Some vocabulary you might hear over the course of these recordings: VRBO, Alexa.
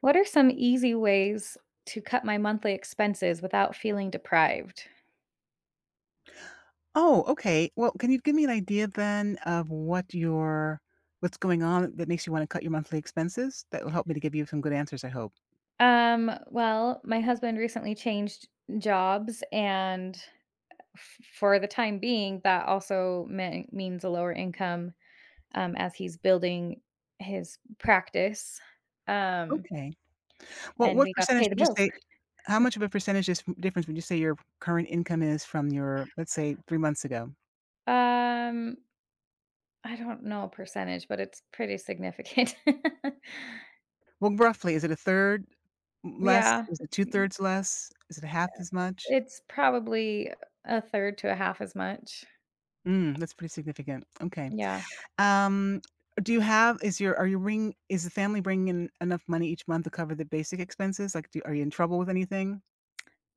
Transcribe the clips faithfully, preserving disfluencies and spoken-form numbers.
What are some easy ways to cut my monthly expenses without feeling deprived? Oh, okay. Well, can you give me an idea then of what your what's going on that makes you wanna cut your monthly expenses? That will help me to give you some good answers, I hope. Um, well, my husband recently changed jobs and f- for the time being that also meant, means a lower income um, as he's building his practice. Um, Okay. Well, and what we got to pay percentage the would you bills. say how much of a percentage is difference would you say your current income is from your, let's say, three months ago? Um, I don't know a percentage, but it's pretty significant. Well, roughly, is it a third less? Yeah. Is it two-thirds less? Is it half as much? It's probably a third to a half as much. Mm, that's pretty significant. Okay. Yeah. Um, do you have is your are you bring is the family bringing in enough money each month to cover the basic expenses? Like, do are you in trouble with anything?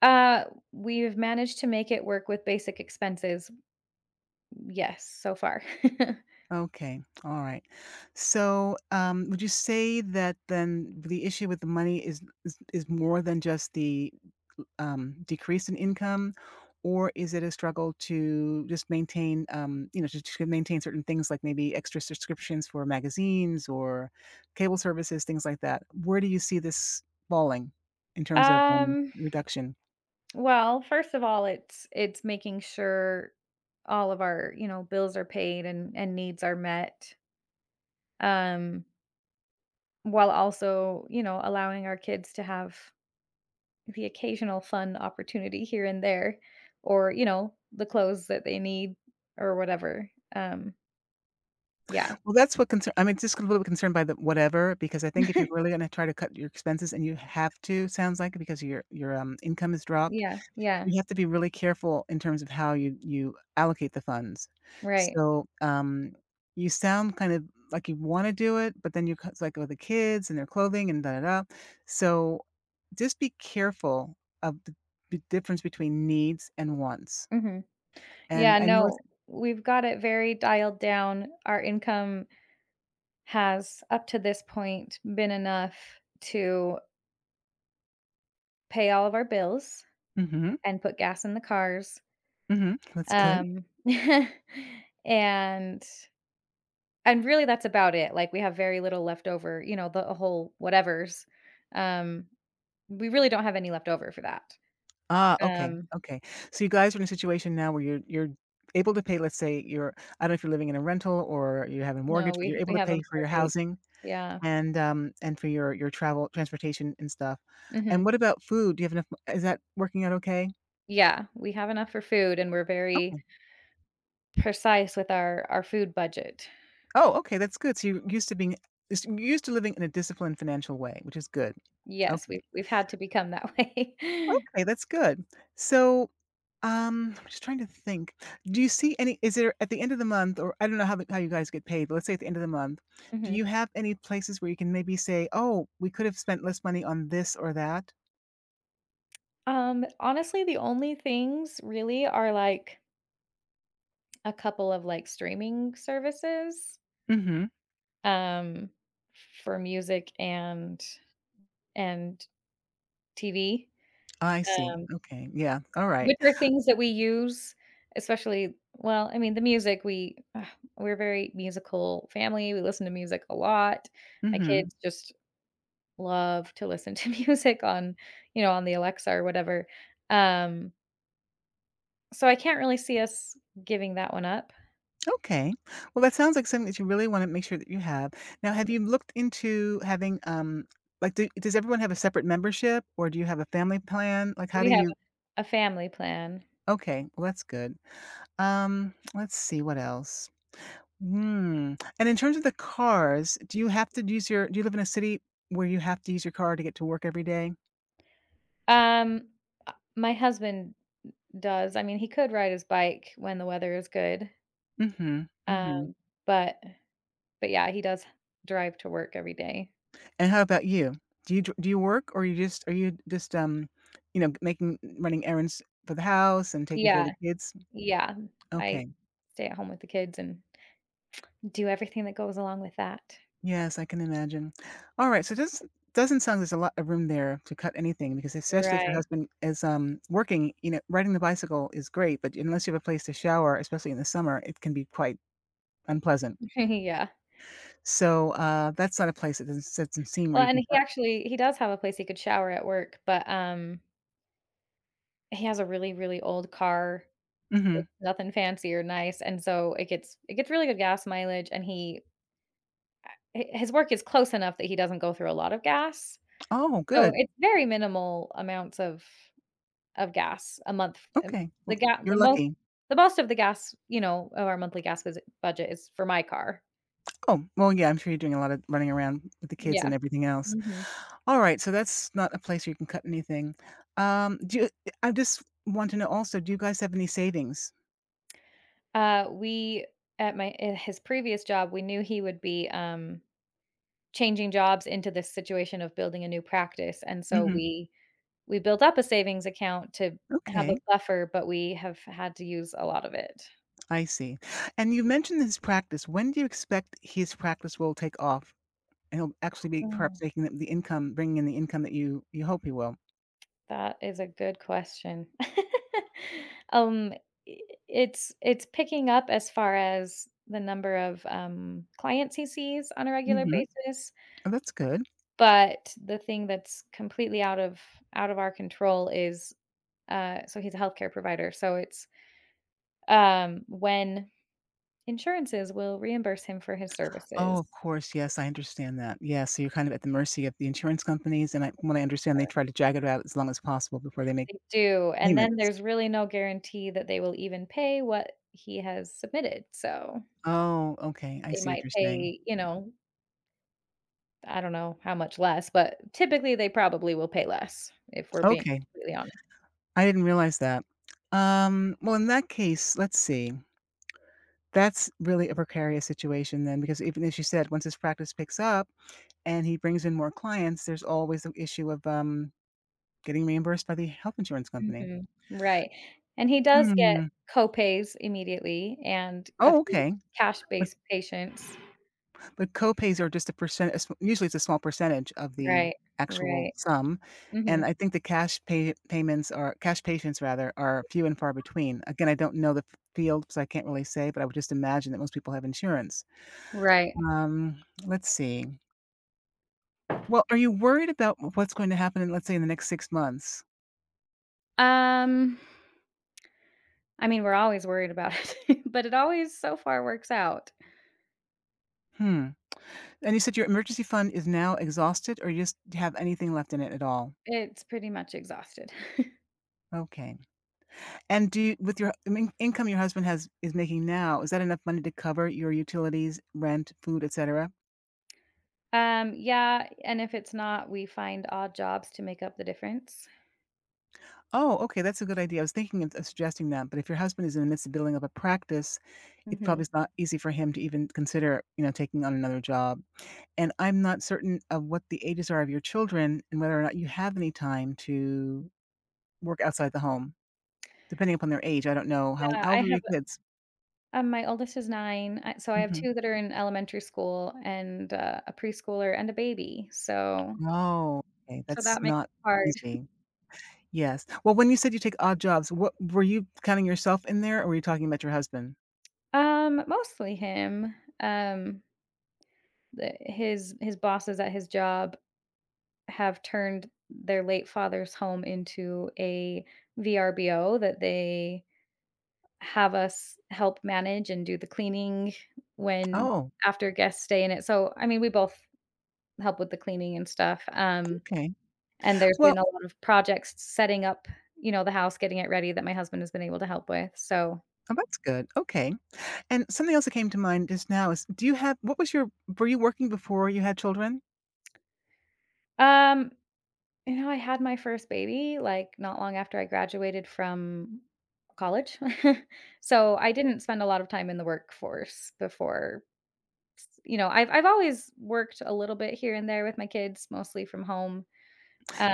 Uh, we've managed to make it work with basic expenses. Yes, so far. Okay, all right. So, um, would you say that then the issue with the money is is, is more than just the um, decrease in income, or is it a struggle to just maintain, um, you know, to, to maintain certain things like maybe extra subscriptions for magazines or cable services, things like that? Where do you see this falling in terms of um, um, reduction? well, first of all, it's it's making sure all of our, you know, bills are paid and and needs are met. Um, while also, you know, allowing our kids to have the occasional fun opportunity here and there or, you know, the clothes that they need or whatever. Um, yeah. Well, that's what concern. I'm just a little bit concerned by the whatever because I think if you're really going to try to cut your expenses and you have to, sounds like because your your um, income is dropped. Yeah. Yeah. You have to be really careful in terms of how you you allocate the funds. Right. So, um, you sound kind of like you wanna do it, but then you c it's like, with the kids and their clothing and da, da, da. So, just be careful of the the difference between needs and wants. Mhm. And Yeah, I know it's no, we've got it very dialed down. Our income has, up to this point, been enough to pay all of our bills mhm, and put gas in the cars. mhm, that's good. Um, and and really that's about it. Like, we have very little left over, you know, the whole whatevers. Um, we really don't have any left over for that. Ah, okay, Um, okay. So you guys are in a situation now where you're you're able to pay, let's say, you're I don't know if you're living in a rental or you have a no, mortgage, but you're we able we to have a pay for your mortgage. housing. Yeah. And, um, and for your your travel transportation and stuff. And Mhm. what about food? Do you have enough m is that working out okay? Yeah, we have enough for food, and we're very Okay. precise with our our food budget. Oh, okay, that's good. So you're used to being is you're used to living in a disciplined financial way, which is good. Yes, we've Okay. we've had to become that way. Okay, that's good. So, um, I'm just trying to think. Do you see any is there at the end of the month or I don't know how the how you guys get paid, but let's say at the end of the month, do Mhm. you have any places where you can maybe say, "Oh, we could have spent less money on this or that?" Um, honestly, the only things really are, like, a couple of, like, streaming services, Mhm. um, for music and and T V, I see. um, Okay. Yeah. Alright. which are things that we use, especially, well, I mean, the music we ugh, we're a very musical family, we listen to music a lot. My Mhm. kids just love to listen to music on, you know, on the Alexa or whatever. Um, so I can't really see us giving that one up. Okay. Well, that sounds like something that you really want to make sure that you have. Now, have you looked into having, um, like, do, does everyone have a separate membership or do you have a family plan? Like, how We do have you? a family plan. Okay. Well, that's good. Um, let's see what else. Hmm. And in terms of the cars, do you have to use your, do you live in a city where you have to use your car to get to work every day? Um, uh, my husband does. I mean, he could ride his bike when the weather is good. Mm-hmm. Mm-hmm. Um, but but yeah, he does drive to work every day. And how about you? Do you, dr- do you work or you just, are you just, um, you know, making, running errands for the house and taking care of the Yeah. kids? Yeah. I Okay. stay at home with the kids and do everything that goes along with that. Yes, I can imagine. Alright, so just doesn't sound like there's a lot of room there to cut anything because especially if your Right. husband is, um, working, you know, riding the bicycle is great, but unless you have a place to shower, especially in the summer, it can be quite unpleasant. Yeah. So, uh, that's not a place that doesn't doesn't seem where Well, you and can he cut actually he does have a place he could shower at work, but um he has a really, really old car. mhm. It's nothing fancy or nice, and so it gets it gets really good gas mileage, and he hi his work is close enough that he doesn't go through a lot of gas. Oh, So good. it's very minimal amounts of of gas a month, um, Okay. the Well, gas, the you're most lucky. the most of the gas, you know, of our monthly gas bus budget is for my car. Oh, well, yeah, I'm sure you're doing a lot of running around with the kids Yeah. and everything else. Mhm. Alright, so that's not a place where you can cut anything. Um, do you I just want to know also, do you guys have any savings? Uh, we At my at his previous job, we knew he would be, um, changing jobs into this situation of building a new practice, and so Mhm. we We built up a savings account to have Okay, a buffer, but we have had to use a lot of it. I see. And you mentioned his practice. When do you expect his practice will take off and he'll actually be Mm, perhaps making the the income, bringing in the income that you you hope he will? that is a good question. Um, I it's it's picking up as far as the number of, um, clients he sees on a regular Mhm. basis, Oh, that's good. but the thing that's completely out of out of our control is, uh so he's a healthcare provider, so it's, um, when insurances will reimburse him for his Oh, services. of course. Yes, I understand that. Yeah, so you're kind of at the mercy of the insurance companies, and I, when I understand, they try to drag it out as long as possible before they make They do, and then payments. there's really no guarantee that they will even pay what he has submitted, so Oh, okay. I they see what might you're saying. pay, you know, I don't know how much less, but typically they probably will pay less if we're being Okay, completely honest. I didn't realize that. Um, well, in that case, let's see. That's really a precarious situation then, because even as you said, once his practice picks up and he brings in more clients, there's always the issue of, um, getting reimbursed by the health insurance company. Mhm. Right, and he does get Hmm. copays immediately and a Oh, few okay. But cash-based patients. but co-pays are just a percent a sm usually it's a small percentage of the Right, actual right. sum, and Mhm. I think the cash pay payments are cash patients rather, are few and far between. Again, I don't know the f field, so I can't really say, but I would just imagine that most people have insurance. Right. Um, let's see. Well, are you worried about what's going to happen in, let's say, in the next six months? Um, I mean, we're always worried about it, but it always so far works out. Hmm, and you said your emergency fund is now exhausted or you just have anything left in it at all? It's pretty much exhausted. Okay, and do you with your I mean, income your husband has is making now, is that enough money to cover your utilities, rent, food, etcetera? Um, yeah, and if it's not, we find odd jobs to make up the difference. Oh, okay, that's a good idea. I was thinking of of suggesting that, but if your husband is in the midst of building up a practice, it Mhm. probably is not easy for him to even consider, you know, taking on another job, and I'm not certain of what the ages are of your children and whether or not you have any time to work outside the home, depending upon their age, I don't know. How Yeah, How I old are have your kids? um, my oldest is nine, I so I have Mhm. two that are in elementary school and, uh, a preschooler and a baby, so Oh, okay, so that that's makes not it hard. easy. Yes. Well, when you said you take odd jobs, what were you counting yourself in there, or were you talking about your husband? Um, mostly him. Um, the his his bosses at his job have turned their late father's home into a V R B O that they have us help manage and do the cleaning when Oh, after guests stay in it. So, I mean, we both help with the cleaning and stuff, um, okay. and there's been a Well, lot of projects setting up, you know, the house, getting it ready that my husband has been able to help with. So, oh, that's good, okay. And something else that came to mind just now is, do you have what was your were you working before you had children? um you know, I had my first baby, like, not long after I graduated from college. So, I didn't spend a lot of time in the workforce before, you know, I've I've always worked a little bit here and there with my kids, mostly from home.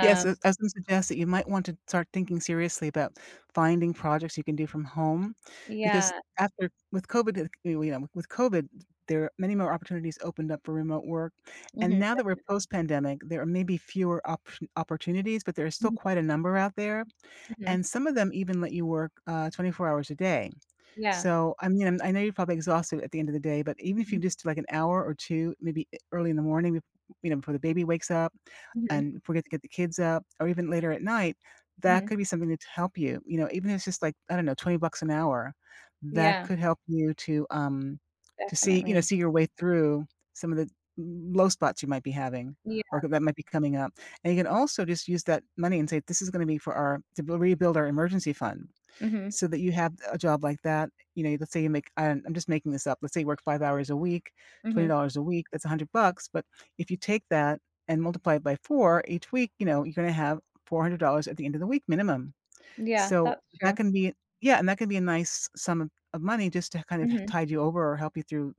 Yes, I was I was gonna suggest that you might want to start thinking seriously about finding projects you can do from home, because yeah. after with COVID, uh, you know, with COVID, there are many more opportunities opened up for remote work, and Mhm, now that we're post-pandemic, there are maybe fewer option opportunities, but there are still mhm, quite a number out there, mhm, and some of them even let you work, uh, twenty-four hours a day. yeah. So, I mean, I know you're probably exhausted at the end of the day, but even if you Mhm, just do, like, an hour or two, maybe e early in the morning, you know, before the baby wakes up mhm, and if we get to get the kids up or even later at night, that mhm. could be something to help you. You know, even if it's just like, I don't know, twenty bucks an hour, that Yeah, could help you to, um, to see, you know, definitely. see your way through some of the low spots you might be having or Yeah. that might be coming up. And you can also just use that money and say, this is going to be for our, to bu- rebuild our emergency fund Mhm, so that you have a job like that, you know, let's say you make I'm I'm just making this up. Let's say you work five hours a week, mhm. twenty dollars a week, that's one hundred bucks, but if you take that and multiply it by four each week, you know, you're gonna have four hundred dollars at the end of the week minimum. Yeah, So that's that true. can be yeah, and that can be a nice sum of of money just to kind of Mhm. tide you over or help you through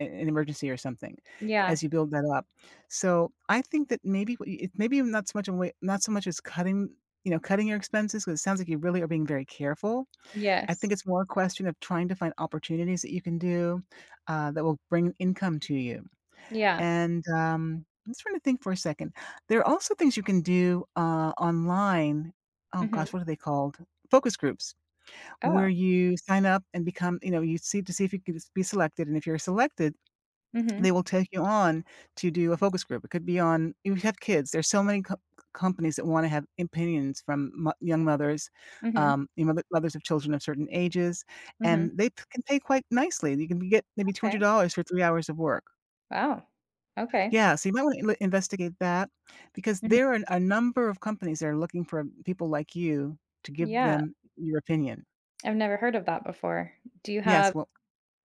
a an emergency or something Yeah. as you build that up. So I think that maybe what you it's maybe not so much a way not so much as cutting, you know, cutting your expenses, because it sounds like you really are being very careful. I Yes. think it's more a question of trying to find opportunities that you can do, uh, that will bring income to you, Yeah. and, um, I'm just trying to think for a second. There are also things you can do, uh, online oh Mhm. gosh, what are they called? Focus groups, where Oh. you sign up and become you know, you see to see if you can be selected, and if you're selected they Mhm, will take you on to do a focus group. It could be on if you have kids, there's so many co companies that wanna have opinions from mo young mothers, mhm, um, you know, the mothers of children of certain ages, mhm. and they p can pay quite nicely. You can get maybe Okay. two hundred dollars for three hours of work. Wow. Okay. Yeah, so you might wanna investigate that because Mhm. there are a number of companies that are looking for people like you to give Yeah, them your opinion. I've never heard of that before. Do you have Yes, well.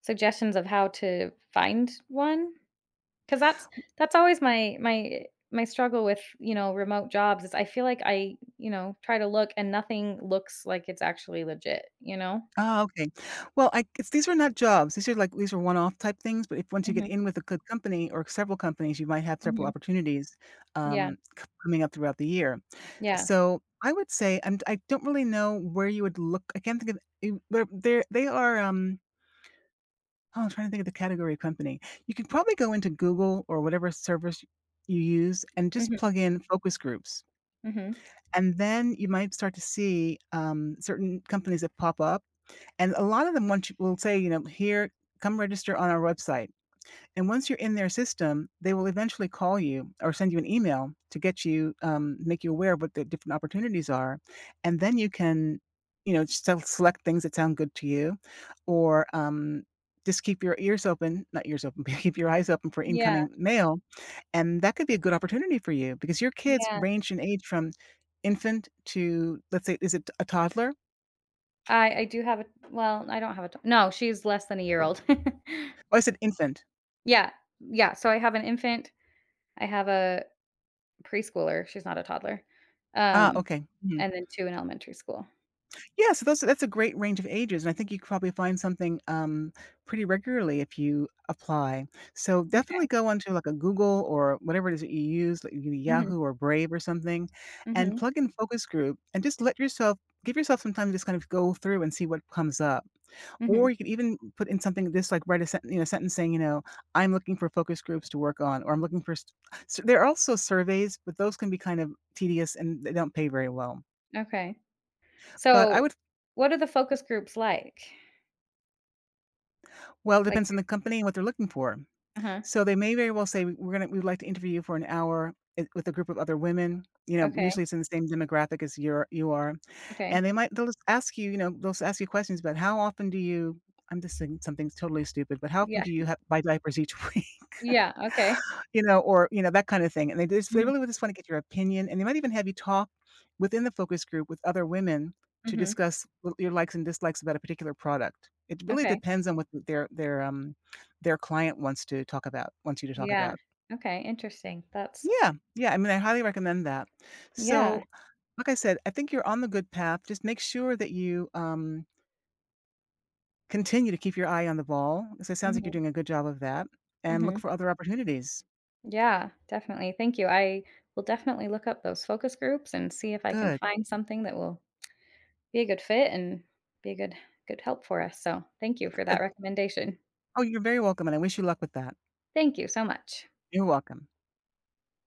suggestions of how to find one? Because that's that's always my my my struggle with, you know, remote jobs is I feel like I, you know, try to look and nothing looks like it's actually legit, you know? Ah, okay. Well, I it's these are not jobs. These are like these are one-off type things, but if once you get Mhm, in with a good company or several companies, you might have several mhm. opportunities, Yeah, um, c coming up throughout the year. yeah. So, I would say I'm and I do not really know where you would look. I can't think of you they're they're they are, um oh, I'm trying to think of the category of company. You could probably go into Google or whatever service you use and just Mhm, plug in focus groups, mhm. and then you might start to see, um, certain companies that pop up. And a lot of them want you will say, you know, "Here, come register on our website." And once you're in their system, they will eventually call you or send you an email to get you, um, make you aware of what the different opportunities are. And then you can, you know, sel select things that sound good to you or, um, just keep your ears open, not ears open, but keep your eyes open for Yeah, incoming mail. And that could be a good opportunity for you because your kids yeah. range in age from infant to, let's say, is it a toddler? I I do have a, well, I don't have a d no, she's less than a year old. Oh, I said infant. Yeah, yeah, so I have an infant, I have a preschooler, she's not a toddler, Ah, um, okay. Mhm. and then two in elementary school. Yeah, so those that's a great range of ages, and I think you could probably find something, um, pretty regularly if you apply. So definitely Okay. go onto, like, a Google or whatever it is that you use, like, maybe Mhm, Yahoo or Brave or something, and mhm, plug in focus group and just let yourself give yourself some time to just kind of go through and see what comes up. mhm, Or you could even put in something just, like, write a sent you know, sentence saying, you know, "I'm looking for focus groups to work on," or "I'm looking for" s s there are also surveys, but those can be kind of tedious, and they don't pay very well. okay. But I So, would. what are the focus groups like? Well, it Like, depends on the company and what they're looking for. uh-huh. So they may very well say, "We're gonna we'd like to interview you for an hour i- with a group of other women." You know, Okay, usually it's in the same demographic as you're you are, okay. and they might they'll just ask you, you know, they'll just ask you questions about how often do you I'm just saying something totally stupid, but how often Yeah, do you have buy diapers each week? yeah, okay. You know, or, you know, that kind of thing, and they just they Mhm, really just wanna get your opinion, and they might even have you talk within the focus group with other women to mhm, discuss w your likes and dislikes about a particular product. It really okay. depends on what their their, um, their client wants to talk about wants you to talk Yeah, about. okay, interesting. That's Yeah, yeah, I mean, I highly recommend that. yeah. So, like I said, I think you're on the good path, just make sure that you, um, continue to keep your eye on the ball, ball, 'cause it sounds like Mhm, you're doing a good job of that, and look mhm. for other opportunities. Yeah, definitely. Thank you. I will definitely look up those focus groups and see if I can Good, find something that will be a good fit and be a good good help for us, so thank you for that good. recommendation. Oh, you're very welcome, and I wish you luck with that. Thank you so much. You're welcome.